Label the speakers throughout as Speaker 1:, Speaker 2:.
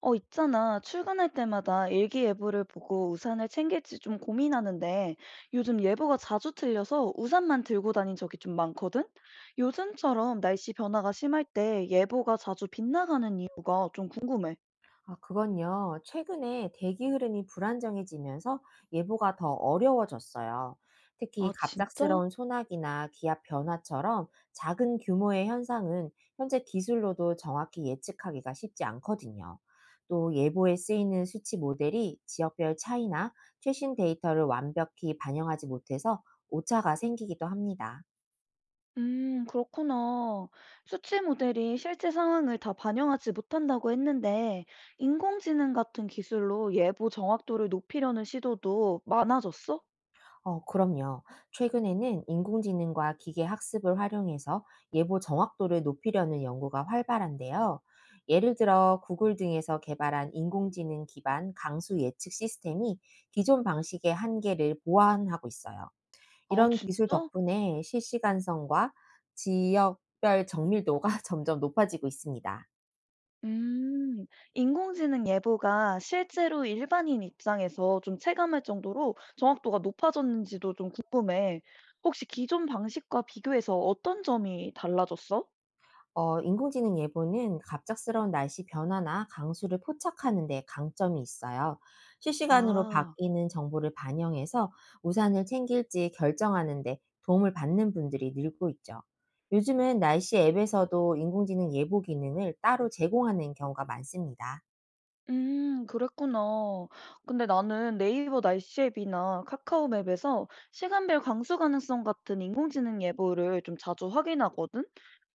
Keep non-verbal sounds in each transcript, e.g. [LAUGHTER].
Speaker 1: 있잖아. 출근할 때마다 일기예보를 보고 우산을 챙길지 좀 고민하는데 요즘 예보가 자주 틀려서 우산만 들고 다닌 적이 좀 많거든? 요즘처럼 날씨 변화가 심할 때 예보가 자주 빗나가는 이유가 좀 궁금해.
Speaker 2: 아, 그건요. 최근에 대기 흐름이 불안정해지면서 예보가 더 어려워졌어요.
Speaker 1: 아,
Speaker 2: 특히
Speaker 1: 진짜?
Speaker 2: 갑작스러운 소나기나 기압 변화처럼 작은 규모의 현상은 현재 기술로도 정확히 예측하기가 쉽지 않거든요. 또 예보에 쓰이는 수치 모델이 지역별 차이나 최신 데이터를 완벽히 반영하지 못해서 오차가 생기기도 합니다.
Speaker 1: 그렇구나. 수치 모델이 실제 상황을 다 반영하지 못한다고 했는데 인공지능 같은 기술로 예보 정확도를 높이려는 시도도 많아졌어?
Speaker 2: 어, 그럼요. 최근에는 인공지능과 기계 학습을 활용해서 예보 정확도를 높이려는 연구가 활발한데요. 예를 들어 구글 등에서 개발한 인공지능 기반 강수 예측 시스템이 기존 방식의 한계를 보완하고 있어요.
Speaker 1: 아,
Speaker 2: 이런
Speaker 1: 진짜?
Speaker 2: 기술 덕분에 실시간성과 지역별 정밀도가 [LAUGHS] 점점 높아지고 있습니다.
Speaker 1: 음, 인공지능 예보가 실제로 일반인 입장에서 좀 체감할 정도로 정확도가 높아졌는지도 좀 궁금해. 혹시 기존 방식과 비교해서 어떤 점이 달라졌어?
Speaker 2: 어, 인공지능 예보는 갑작스러운 날씨 변화나 강수를 포착하는 데 강점이 있어요. 실시간으로
Speaker 1: 아.
Speaker 2: 바뀌는 정보를 반영해서 우산을 챙길지 결정하는 데 도움을 받는 분들이 늘고 있죠. 요즘은 날씨 앱에서도 인공지능 예보 기능을 따로 제공하는 경우가 많습니다.
Speaker 1: 그랬구나. 근데 나는 네이버 날씨 앱이나 카카오 맵에서 시간별 강수 가능성 같은 인공지능 예보를 좀 자주 확인하거든?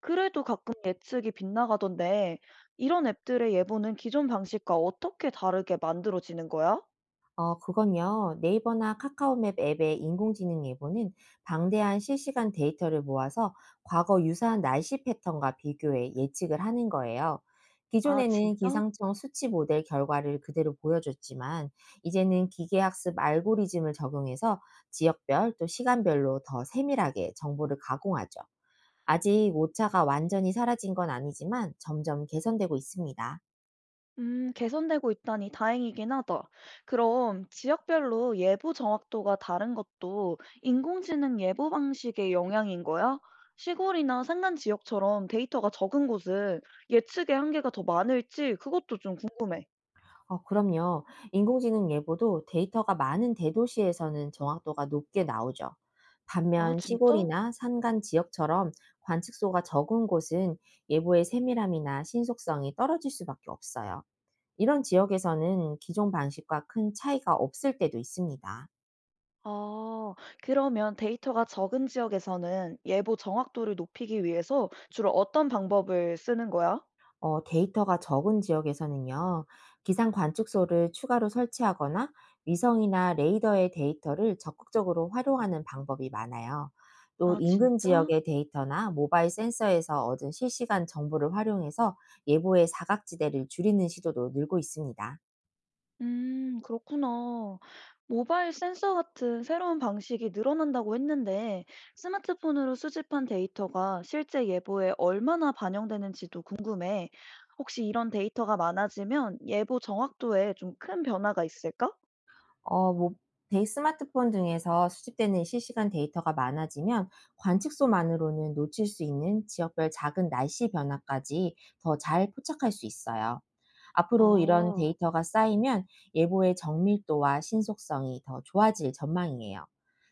Speaker 1: 그래도 가끔 예측이 빗나가던데, 이런 앱들의 예보는 기존 방식과 어떻게 다르게 만들어지는 거야?
Speaker 2: 어, 그건요. 네이버나 카카오맵 앱의 인공지능 예보는 방대한 실시간 데이터를 모아서 과거 유사한 날씨 패턴과 비교해 예측을 하는 거예요.
Speaker 1: 아,
Speaker 2: 기존에는
Speaker 1: 진짜?
Speaker 2: 기상청 수치 모델 결과를 그대로 보여줬지만, 이제는 기계학습 알고리즘을 적용해서 지역별 또 시간별로 더 세밀하게 정보를 가공하죠. 아직 오차가 완전히 사라진 건 아니지만 점점 개선되고 있습니다.
Speaker 1: 개선되고 있다니 다행이긴 하다. 그럼 지역별로 예보 정확도가 다른 것도 인공지능 예보 방식의 영향인 거야? 시골이나 산간 지역처럼 데이터가 적은 곳은 예측의 한계가 더 많을지 그것도 좀 궁금해.
Speaker 2: 어, 그럼요. 인공지능 예보도 데이터가 많은 대도시에서는 정확도가 높게 나오죠.
Speaker 1: 아,
Speaker 2: 반면
Speaker 1: 진짜?
Speaker 2: 시골이나 산간 지역처럼 관측소가 적은 곳은 예보의 세밀함이나 신속성이 떨어질 수밖에 없어요. 이런 지역에서는 기존 방식과 큰 차이가 없을 때도 있습니다.
Speaker 1: 아, 그러면 데이터가 적은 지역에서는 예보 정확도를 높이기 위해서 주로 어떤 방법을 쓰는 거야?
Speaker 2: 어, 데이터가 적은 지역에서는요. 기상 관측소를 추가로 설치하거나 위성이나 레이더의 데이터를 적극적으로 활용하는 방법이 많아요. 또
Speaker 1: 아,
Speaker 2: 인근
Speaker 1: 진짜?
Speaker 2: 지역의 데이터나 모바일 센서에서 얻은 실시간 정보를 활용해서 예보의 사각지대를 줄이는 시도도 늘고 있습니다.
Speaker 1: 그렇구나. 모바일 센서 같은 새로운 방식이 늘어난다고 했는데, 스마트폰으로 수집한 데이터가 실제 예보에 얼마나 반영되는지도 궁금해. 혹시 이런 데이터가 많아지면 예보 정확도에 좀 큰 변화가 있을까?
Speaker 2: 어, 뭐, 대 스마트폰 등에서 수집되는 실시간 데이터가 많아지면 관측소만으로는 놓칠 수 있는 지역별 작은 날씨 변화까지 더 잘 포착할 수 있어요. 앞으로 이런
Speaker 1: 아,
Speaker 2: 데이터가 쌓이면 예보의 정밀도와 신속성이 더 좋아질 전망이에요.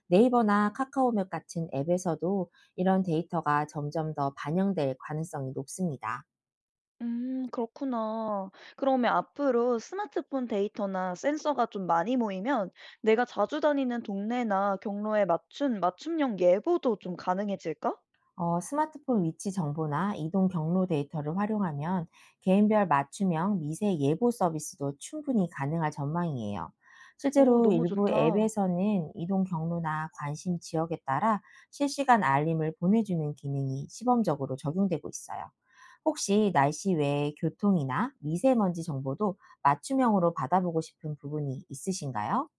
Speaker 2: 네이버나 카카오맵 같은 앱에서도 이런 데이터가 점점 더 반영될 가능성이 높습니다.
Speaker 1: 그렇구나. 그러면 앞으로 스마트폰 데이터나 센서가 좀 많이 모이면 내가 자주 다니는 동네나 경로에 맞춘 맞춤형 예보도 좀 가능해질까?
Speaker 2: 어, 스마트폰 위치 정보나 이동 경로 데이터를 활용하면 개인별 맞춤형 미세 예보 서비스도 충분히 가능할 전망이에요.
Speaker 1: 오,
Speaker 2: 실제로
Speaker 1: 너무
Speaker 2: 일부
Speaker 1: 좋다.
Speaker 2: 앱에서는 이동 경로나 관심 지역에 따라 실시간 알림을 보내주는 기능이 시범적으로 적용되고 있어요. 혹시 날씨 외에 교통이나 미세먼지 정보도 맞춤형으로 받아보고 싶은 부분이 있으신가요?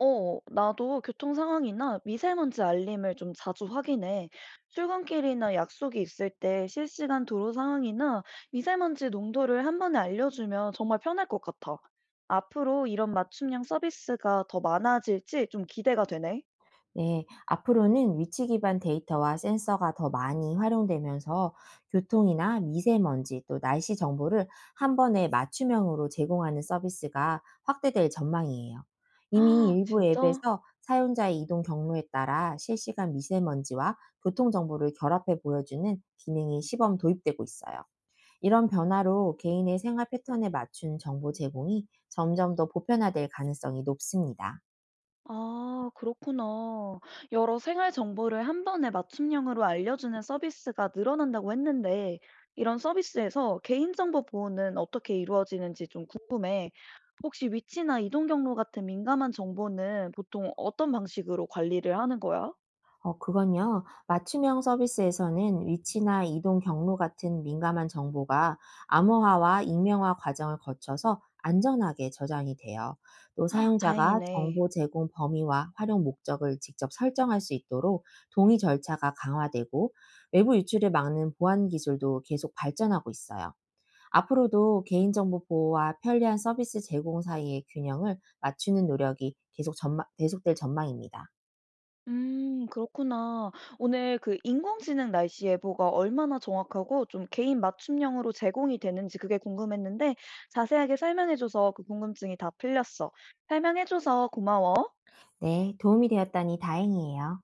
Speaker 1: 나도 교통 상황이나 미세먼지 알림을 좀 자주 확인해. 출근길이나 약속이 있을 때 실시간 도로 상황이나 미세먼지 농도를 한 번에 알려주면 정말 편할 것 같아. 앞으로 이런 맞춤형 서비스가 더 많아질지 좀 기대가 되네.
Speaker 2: 네, 앞으로는 위치 기반 데이터와 센서가 더 많이 활용되면서 교통이나 미세먼지 또 날씨 정보를 한 번에 맞춤형으로 제공하는 서비스가 확대될 전망이에요. 이미
Speaker 1: 아,
Speaker 2: 일부
Speaker 1: 진짜?
Speaker 2: 앱에서 사용자의 이동 경로에 따라 실시간 미세먼지와 교통 정보를 결합해 보여주는 기능이 시범 도입되고 있어요. 이런 변화로 개인의 생활 패턴에 맞춘 정보 제공이 점점 더 보편화될 가능성이 높습니다.
Speaker 1: 아, 그렇구나. 여러 생활 정보를 한 번에 맞춤형으로 알려주는 서비스가 늘어난다고 했는데, 이런 서비스에서 개인정보 보호는 어떻게 이루어지는지 좀 궁금해. 혹시 위치나 이동 경로 같은 민감한 정보는 보통 어떤 방식으로 관리를 하는 거야?
Speaker 2: 어, 그건요. 맞춤형 서비스에서는 위치나 이동 경로 같은 민감한 정보가 암호화와 익명화 과정을 거쳐서 안전하게 저장이 돼요. 또
Speaker 1: 아,
Speaker 2: 사용자가
Speaker 1: 다행이네.
Speaker 2: 정보 제공 범위와 활용 목적을 직접 설정할 수 있도록 동의 절차가 강화되고 외부 유출을 막는 보안 기술도 계속 발전하고 있어요. 앞으로도 개인정보 보호와 편리한 서비스 제공 사이의 균형을 맞추는 노력이 계속될 전망입니다.
Speaker 1: 그렇구나. 오늘 그 인공지능 날씨 예보가 얼마나 정확하고 좀 개인 맞춤형으로 제공이 되는지 그게 궁금했는데 자세하게 설명해 줘서 그 궁금증이 다 풀렸어. 설명해 줘서 고마워.
Speaker 2: 네, 도움이 되었다니 다행이에요.